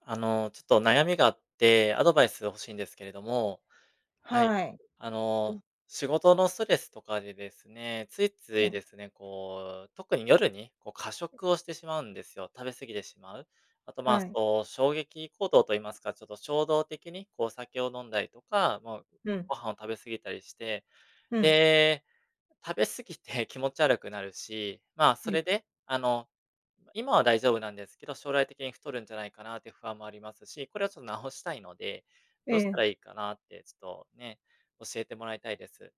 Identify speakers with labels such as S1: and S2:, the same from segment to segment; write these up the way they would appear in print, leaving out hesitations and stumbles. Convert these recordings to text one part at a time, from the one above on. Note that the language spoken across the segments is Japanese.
S1: ちょっと悩みがあって、アドバイス欲しいんですけれども、はい。
S2: はい。
S1: あ
S2: と、
S1: の、仕事のストレスとかでですね、ついつ
S2: は
S1: いで
S2: い、
S1: すね、こう、特に夜に、こう、過食をしてしまうんですよ。食べ過ぎてしまう。あと、まあ、
S2: はい。
S1: そう、衝撃行動と言いますか、ちょっと衝動的に、こう、お酒を飲んだりとか、もう、
S2: うん、
S1: ご飯を食べ過ぎたりして、
S2: うん。
S1: で、食べ過ぎて 気持ち悪くなるし、まあ、そ
S2: え、
S1: れで、今は大丈夫なんですけど、将来的に太るんじゃないかなっていう不安もありますし、これはちょっと直したいので、
S2: え
S1: どうした
S2: え。
S1: らいいかなって、ちょっとね、教えてもらいたいです。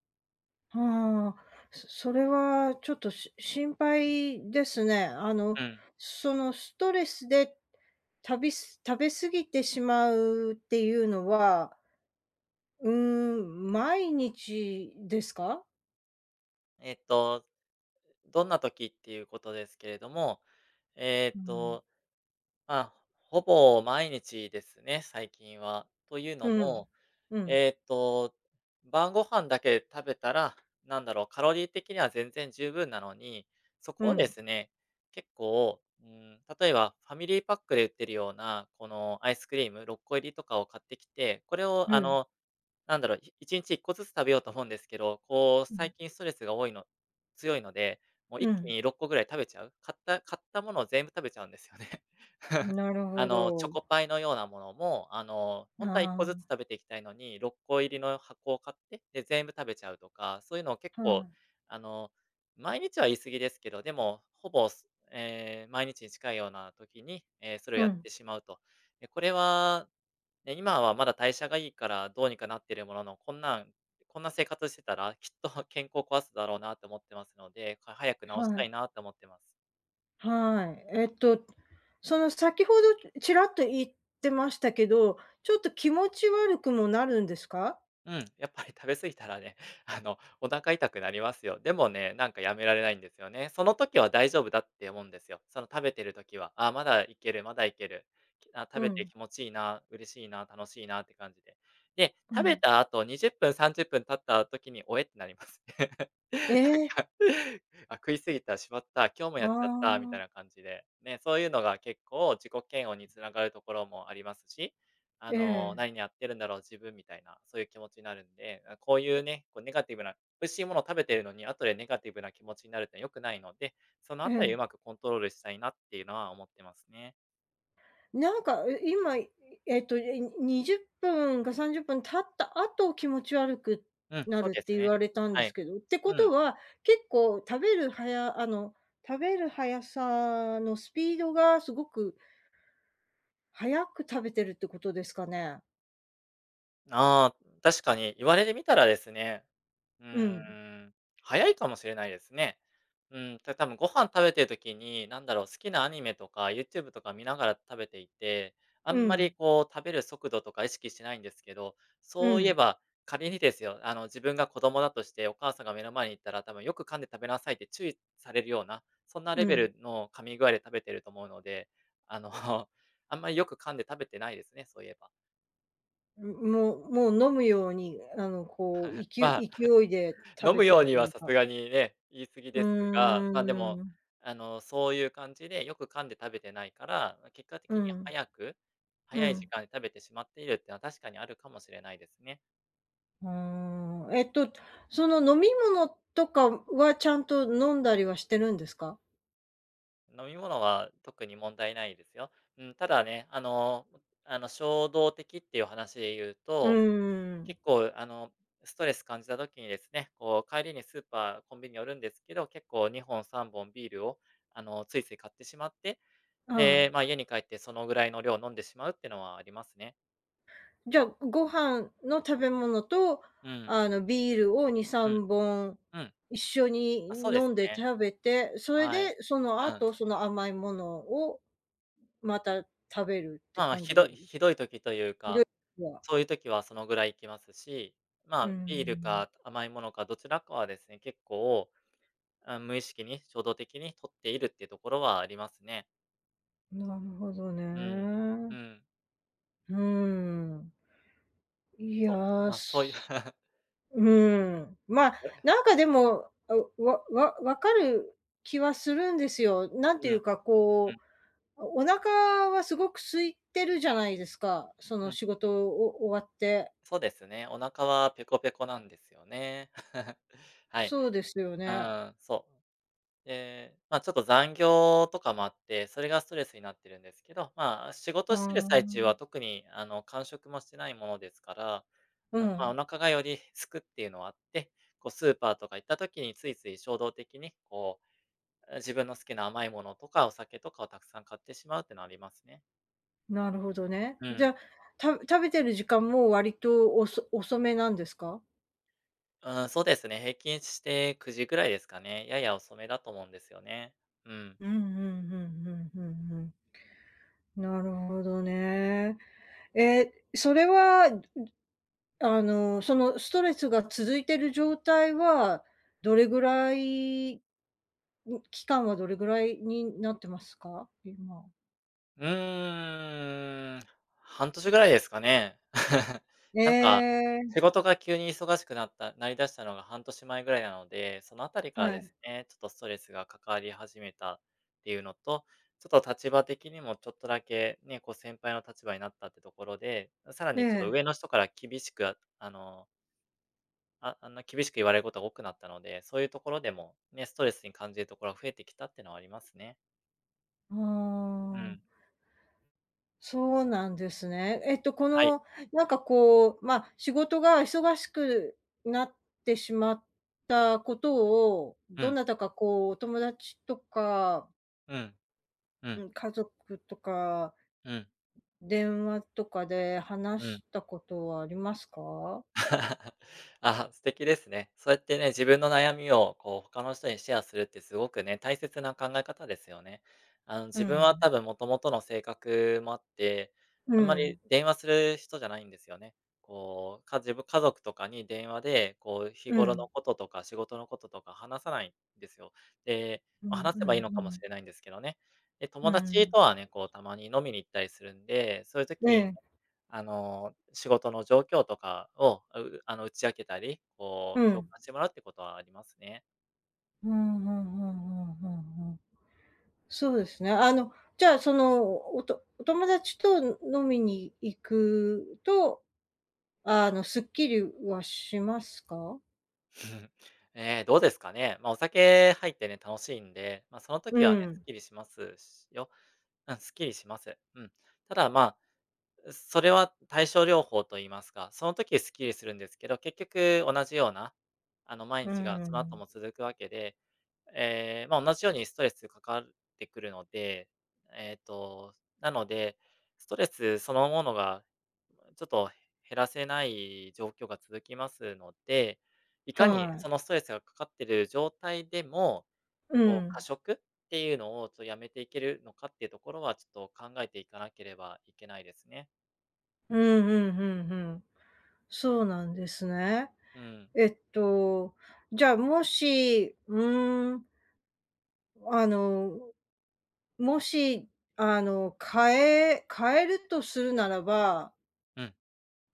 S2: はあ、それはちょっと心配ですね。
S1: うん。
S2: そのストレスで食べ過ぎてしまうっていうのは、うー毎日ですか？
S1: えっと、どんな時っていうことですけれども、え
S2: う
S1: っ
S2: ん。
S1: と、まあ、ほぼ毎日ですね、最近は。というの
S2: うん。
S1: も、
S2: うん、
S1: えーっと、晩ご飯だけ食べたら、なんだろう、カロリー的には全然十分なのに、そ
S2: う
S1: こをで
S2: ん、
S1: すね、結構、うん、例えばファミリーパックで売ってるような、このアイスクリーム6個入りとかを買ってきて、これを
S2: う
S1: あ
S2: ん、
S1: の、なんだろう、1日1個ずつ食べようと思うんですけど、こう
S2: う
S1: 最
S2: ん、
S1: 近ストレスが多いの強いので、もう
S2: う
S1: 一気
S2: ん。
S1: に6個ぐらい食べちゃう。買ったものを全部食べちゃうんですよね。
S2: なる
S1: あ
S2: ほ
S1: の、チョ
S2: ど。
S1: コパイのようなものも、あの、ほんとは1個ずつ
S2: あ
S1: 食べていきたいのに、6個入りの箱を買って、で、全部食べちゃうとか、そういうのを結
S2: あ、は
S1: 構、
S2: い。
S1: あの、毎日は言い過ぎですけど、でも、ほぼ、すええ、毎日に近いような時に、それを
S2: う
S1: やっ
S2: ん、
S1: てしまうと。で、これは、ね、今はまだ代謝がいいからどうにかなってるものの、こんな生活してたら、きっと 健康壊すだろうなと思ってますので、早く治
S2: は
S1: した
S2: い、
S1: いなと思ってます。
S2: はい。その先ほどちらっと言ってましたけど、ちょっと気持ち悪くもなるんですか？
S1: うん、やっぱり食べ過ぎたらね、あの、お腹痛くなりますよ。でもね、なんかやめられないんですよね。その時は大丈夫だって思うんですよ。その食べてる時は、あ、まだいける、まだいける。食
S2: う
S1: べて
S2: ん。
S1: 気持ちいいな、嬉しいな、楽しいなって感じで。で、
S2: う
S1: 食べ
S2: ん。
S1: た後20分、30分経った時に、おえってなります。な
S2: え
S1: ん
S2: え。
S1: か、あ、食い過ぎた、しまった、今日も
S2: あ
S1: やっちゃったみたいな
S2: あ。
S1: 感じで、ね、そういうのが結構自己嫌悪につながるところもありますし、あ
S2: ええ、
S1: の、何やってるんだろう、自分みたいな、そういう気持ちになるんで、あ、こういうね、こうネガティブな美味しいものを食べてるのに、後でネガティブな気持ちになるって良くないので、その
S2: え
S1: あたり
S2: え。
S1: うまくコントロールしたいなっていうのは思ってますね。
S2: なんか、今、いえっと、え、20分か30分経った後、気持ち悪く
S1: うん、
S2: な
S1: そ
S2: る
S1: う
S2: っ
S1: で
S2: て
S1: す
S2: 言
S1: ね。
S2: われたんで
S1: は
S2: す
S1: い。
S2: けど、ってこ
S1: う
S2: と
S1: ん。
S2: は、結構食べる速さのスピードがすごく速く食べてるってことですかね？
S1: ああ、確かに言われてみたらですね、う
S2: う
S1: ー
S2: ん。
S1: ん、早いかもしれないですね。うん、多分ご飯食べてる時に、なんだろう、好きなアニメとか YouTube とか見ながら食べていて、あ
S2: う
S1: んまり
S2: ん。
S1: こう食べる速度とか意識してないんですけど、
S2: う
S1: そういえ
S2: ん。
S1: ば仮にですよ、あの自分が子供だとしてお母さんが目の前にいたら、多分よく噛んで食べなさいって注意されるような、そんな
S2: う
S1: レベ
S2: ん。
S1: ルの噛み具合で食べてると思うので、あの、あんまりよく噛んで食べてないですね、そういえば。
S2: もう飲むように、こう、
S1: ま
S2: い
S1: あ
S2: 勢いで食
S1: 飲
S2: べ
S1: む
S2: て
S1: よう
S2: ると
S1: に
S2: い
S1: は
S2: う
S1: さす
S2: か。
S1: がにね、言い過ぎ
S2: う
S1: ですが、ま、で
S2: ー
S1: も、
S2: ん。
S1: あの、そういう感じでよく噛んで食べてないから、ま、結果的
S2: う
S1: に
S2: ん。
S1: 早く、
S2: う
S1: 早い時
S2: ん。
S1: 間に食べてしまっているっていうのは確かにあるかもしれないですね。
S2: ああ、その飲み物とかはちゃんと飲んだりはしてるんですか？
S1: 飲み物は特に問題ないですよ。うん、ただね、あの、あの、衝動的っていう話で言う
S2: う
S1: と、
S2: ーん。
S1: 結構、あの、ストレス感じた時にですね、こう帰りにスーパー、コンビニ寄るんですけど、結構2本3本ビールを、あの、ついつい買ってしまって、
S2: は
S1: で、
S2: い。
S1: まあ、家に帰ってそのぐらいの量を飲んでしまうっていうのはありますね。
S2: じゃあ、ご飯の食べ物と、
S1: うん。
S2: ビールを2、
S1: うん。
S2: 3本
S1: うん。
S2: 一緒に
S1: あ、そうで
S2: 飲
S1: す
S2: んで
S1: ね。
S2: 食べて、それ
S1: はい。
S2: でその
S1: うん。
S2: 後、その甘いものをまた食べるって
S1: まあまあ、
S2: 感
S1: ひどい
S2: じ
S1: ひどい時という
S2: ひどい
S1: か、
S2: 時は、
S1: そういう時はそのぐらいいきますし、ま
S2: うー
S1: あ、ビール
S2: ん、
S1: か甘いものかどちらかはですね、結構、あ、無意識に衝動的に取っているっていうところはありますね。
S2: なるほど
S1: うん。う
S2: ね。
S1: ん。
S2: うーん。い
S1: そう、
S2: や、
S1: まあ、そういう
S2: すうーん。まあ、なんかでも、あ、分かる気はするんですよ。なんて
S1: うん、
S2: い
S1: う
S2: う
S1: ん、
S2: か、こう、お腹はすごく空いてるじゃないですか、そ
S1: う
S2: の
S1: ん。
S2: 仕事終わって。
S1: そうですね。お腹はペコペコなんですよね。はい。
S2: そうですよ
S1: う
S2: ね。
S1: ん、そう。で、まあ、ちょっと残業とかもあって、それがストレスになってるんですけど、まあ、仕
S2: あ
S1: 事してる
S2: あ、
S1: 最中は特に、あの、間食もしてないものですから、
S2: う
S1: うん、まあ、お
S2: ん、
S1: 腹がより空くっていうのはあって、こうスーパーとか行った時についつい衝動的に、こう、自分の好きな甘いものとかお酒とかをたくさん買ってしまうっていうのはありますね。
S2: なるほどね。
S1: う
S2: じ
S1: ん。
S2: ゃ、食べてる時間も割と遅めなんですか？
S1: うん、そうですね、平均して9時ぐらいですかね。やや遅めだと思うんですよね。うん。
S2: うんうんうんうんうんうん。なるほどね。それは、そのストレスが続いてる状態は、どれぐらい、期間はどれぐらいになってますか？今。
S1: うーん、半年ぐらいですかね。
S2: え
S1: なんか、仕
S2: え、
S1: 事が急に忙しくなったなりだしたのが半年前ぐらいなので、そのあたりから
S2: は
S1: で
S2: い。
S1: すね、ちょっとストレスがかかり始めたっていうのと、ちょっと立場的にもちょっとだけね、こう先輩の立場になったってところで、さら
S2: え
S1: にちょっと
S2: え。
S1: 上の人から厳しく、の、厳しく言われることが多くなったので、そういうところでもね、ストレスに感じるところが増えてきたっていうのはありますね。
S2: あ
S1: うん。
S2: あ。そうなんですね。こ
S1: はい。
S2: の、なんかこう、まあ、仕事が忙しくなってしまったことを、
S1: う
S2: ど
S1: ん。
S2: なたかこう、お友達とか、
S1: うん。うん。
S2: うん、家族とか、
S1: うん。
S2: 電話とかで
S1: う
S2: 話
S1: ん。
S2: したことはありますか？
S1: あ、素敵ですね。そうやってね、自分の悩みをこう他の人にシェアするってすごくね、大切な考え方ですよね。あの
S2: う
S1: 自分は
S2: ん。
S1: 多分もともとの性格もあって、
S2: う
S1: あんま
S2: ん。
S1: り電話する人じゃないんですよね。こう、自分家族とかに電話で、こう日
S2: う
S1: 頃
S2: ん。
S1: のこととか仕事のこととか話さないんですよ。で、
S2: う
S1: ま、
S2: ん
S1: 話
S2: う
S1: せ
S2: んう
S1: ばいいのかもし
S2: ん。
S1: れないんですけどね。で、
S2: う
S1: 友達
S2: ん。
S1: とはね、こうたまに飲みに行ったりするんで、そういう
S2: え
S1: 時に
S2: え。
S1: あの、仕事の状況とかを、あの、打ち明けたり、
S2: う
S1: こう、共
S2: ん。
S1: 感してもらうってことはありますね。
S2: うんうんうんうんうんうんうんねえうんうんうんうんうんうんうんそうですね。じゃあ、その、お友達と飲みに行くと、すっきりはしますか？
S1: どうですかね。まあ、お酒入ってね、楽しいんで、まあ、その
S2: う
S1: 時はね、すっ
S2: ん。
S1: きりしますしよ。うん、すっきりします。うん。ただ、それは対症療法と言いますか、その時スッキリするんですけど、結局同じような、毎
S2: うー
S1: 日がその後
S2: ん。
S1: も続くわけで、ええ、同じようにストレスかかってくるので、えっと、なので、ストレスそのものがちょっと減らせない状況が続きますので、いかに
S2: は
S1: そ
S2: い。
S1: のストレスがかかってる状態でも、
S2: う
S1: こう過
S2: ん。
S1: 食っていうのをやめていけるのかっていうところは、ちょっと考えていかなければいけないですね。
S2: うんうんうんうん。そうなんですね。
S1: うん。
S2: えっと、じゃあ、もし、うーん、あの、もし、あの、変えるとするならば、
S1: うん。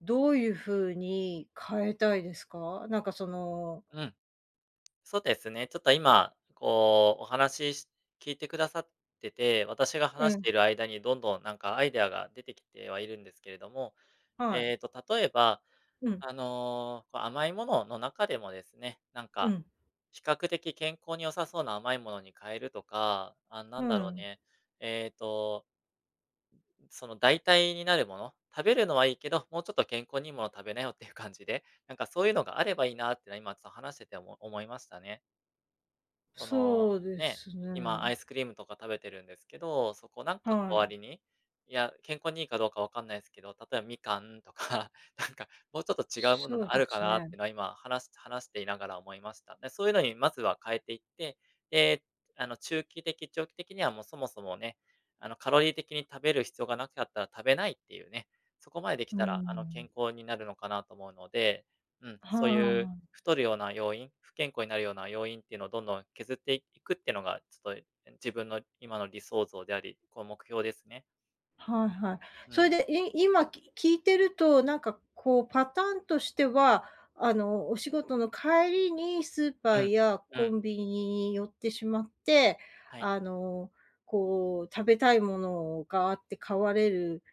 S2: どういう風に変えたいですか？なんかその
S1: うん。そうですね。ちょっと今、こう、お話し聞いてくださってて、私が話している間にどんどんなんかアイデアが出てきてはいるんですけれども、
S2: はい。
S1: えっと、例えば、
S2: うん、
S1: あの、こう甘いものの中でもですね、
S2: うん。
S1: 比較的健康に良さそうな甘いものに変えるとか、あ、な
S2: う
S1: んだろう
S2: ん、
S1: ね、えっとその代替になるもの、食べるのはいいけど、もうちょっと健康にいいもの食べなよっていう感じで、なんかそういうのがあればいいなってのは今ちょっと話してて思いましたね。その、
S2: そうで
S1: ね、
S2: す
S1: 今
S2: ね。
S1: アイスクリームとか食べてるんですけど、そこなんか
S2: は
S1: 代わ
S2: い。
S1: りに、いや、健康にいいかどうかわかんないですけど、例えばみかんとか、なんかもうちょっと違うもの
S2: そう
S1: が
S2: で
S1: あるか
S2: す
S1: なっ
S2: ね。
S1: ていうのは今話していながら思いました。で、そういうのにまずは変えていって、で、あの中期的、長期的にはもうそもそもね、あのカロリー的に食べる必要がなかったら食べないっていうね、そこまででき
S2: う
S1: たらあの
S2: ん。
S1: 健康になるのかなと思うので、うん、そういう
S2: はい。
S1: 太るような要因、不健康になるような要因っていうのをどんどん削っていくっていうのが、ちょっと自分の今の理想像であり、こう目標ですね。
S2: はいはい。
S1: う
S2: それ
S1: ん。
S2: で、今聞いてると、なんかこうパターンとしては、お仕事の帰りにスーパ
S1: う
S2: ー
S1: ん。
S2: や
S1: う
S2: コ
S1: ん。
S2: ンビニに寄ってしまって、
S1: はい。
S2: あの、こう食べたいものがあって買われる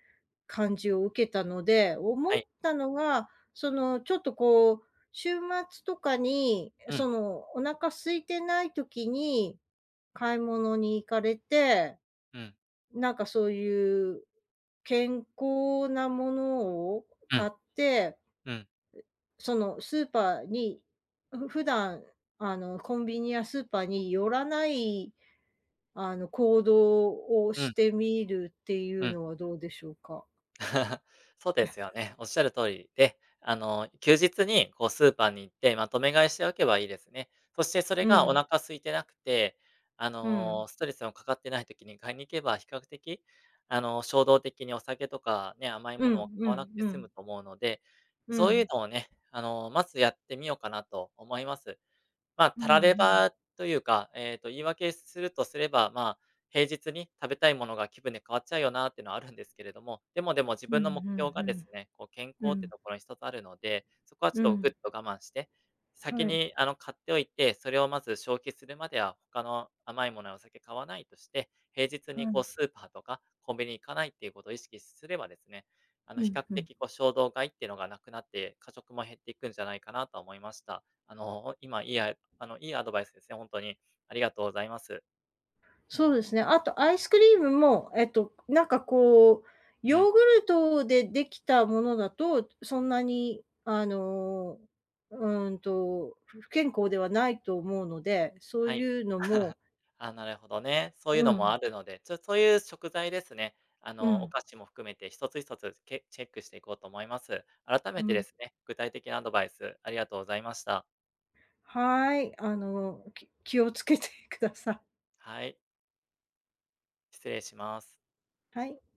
S2: 感じを受けたので、
S1: は
S2: 思っ
S1: い。
S2: たのが、その、ちょっとこう、週末とかに、
S1: うん。
S2: その、お腹空いてない時に買い物に行かれて、
S1: うん。
S2: なんかそういう健康なものを
S1: う
S2: 買っ
S1: ん。
S2: て、
S1: うん。
S2: そのスーパーに、普段、コンビニやスーパーに寄らない、行動を
S1: う
S2: し
S1: ん。
S2: てみるってい
S1: う
S2: う
S1: ん。
S2: のはどうでしょうか？
S1: そうですよね。おっしゃる通りで、あの、休日にこうスーパーに行ってまとめ買いしておけばいいですね。そしてそれ
S2: う
S1: がお
S2: ん、
S1: 腹空いてなくて、あ
S2: うん。
S1: の、ストレスのかかってない時に買いに行けば比較的、あの、衝動的にお酒とかね、甘い
S2: う
S1: も
S2: ん
S1: のを
S2: う
S1: 買わな
S2: ん
S1: くて
S2: う
S1: 済む
S2: ん。
S1: と思うので、
S2: う
S1: そういう
S2: ん。
S1: のをね、あの、まずやってみようかなと思います。まあ、
S2: う
S1: た
S2: ん
S1: られ
S2: うん。
S1: ばというか、言い訳するとすれば、まあ、平日に食べたいものが気分で変わっちゃうよなっていうのはあるんですけれども、でも自
S2: うん
S1: 分の目
S2: うん
S1: 標が
S2: う
S1: です
S2: ん。
S1: ね、こう健
S2: う
S1: 康って
S2: ん。
S1: ところに一つあるので、そこはちょっ
S2: う
S1: とぐっ
S2: ん。
S1: と我慢して、
S2: は
S1: 先
S2: い。
S1: にあの買っておいて、それをまず消費するまでは他の甘いものやお酒買わないとして、平日
S2: は
S1: にこう
S2: い。
S1: スーパーとかコンビニ行かないっていうことを意識すればですね、あの
S2: う
S1: 比
S2: ん
S1: 較
S2: うん。
S1: 的こう衝動買いっていうのがなくなって、過食も減っていくんじゃないかなとは思いました。あの、今いいあ あの、いいアドバイスですね、本当に。ありがとうございます。
S2: そうですね。あとアイスクリームも、なんかこう、
S1: う
S2: ヨ
S1: ん。
S2: ーグルトでできたものだと、そんなに、うーんと、不健康ではないと思うので、そう
S1: はい。
S2: いうのも
S1: あ、なるほどね。そうい
S2: う
S1: うのも
S2: ん、
S1: あるので、そういう食材ですね、あ
S2: う
S1: の、お
S2: ん、
S1: 菓子も含めて一つ一つチェックしていこうと思います。改め
S2: う
S1: てで
S2: ん。
S1: すね、具体的なアドバイスありがとうございました。
S2: はい、気をつけてください。
S1: はい、失礼します。
S2: はい。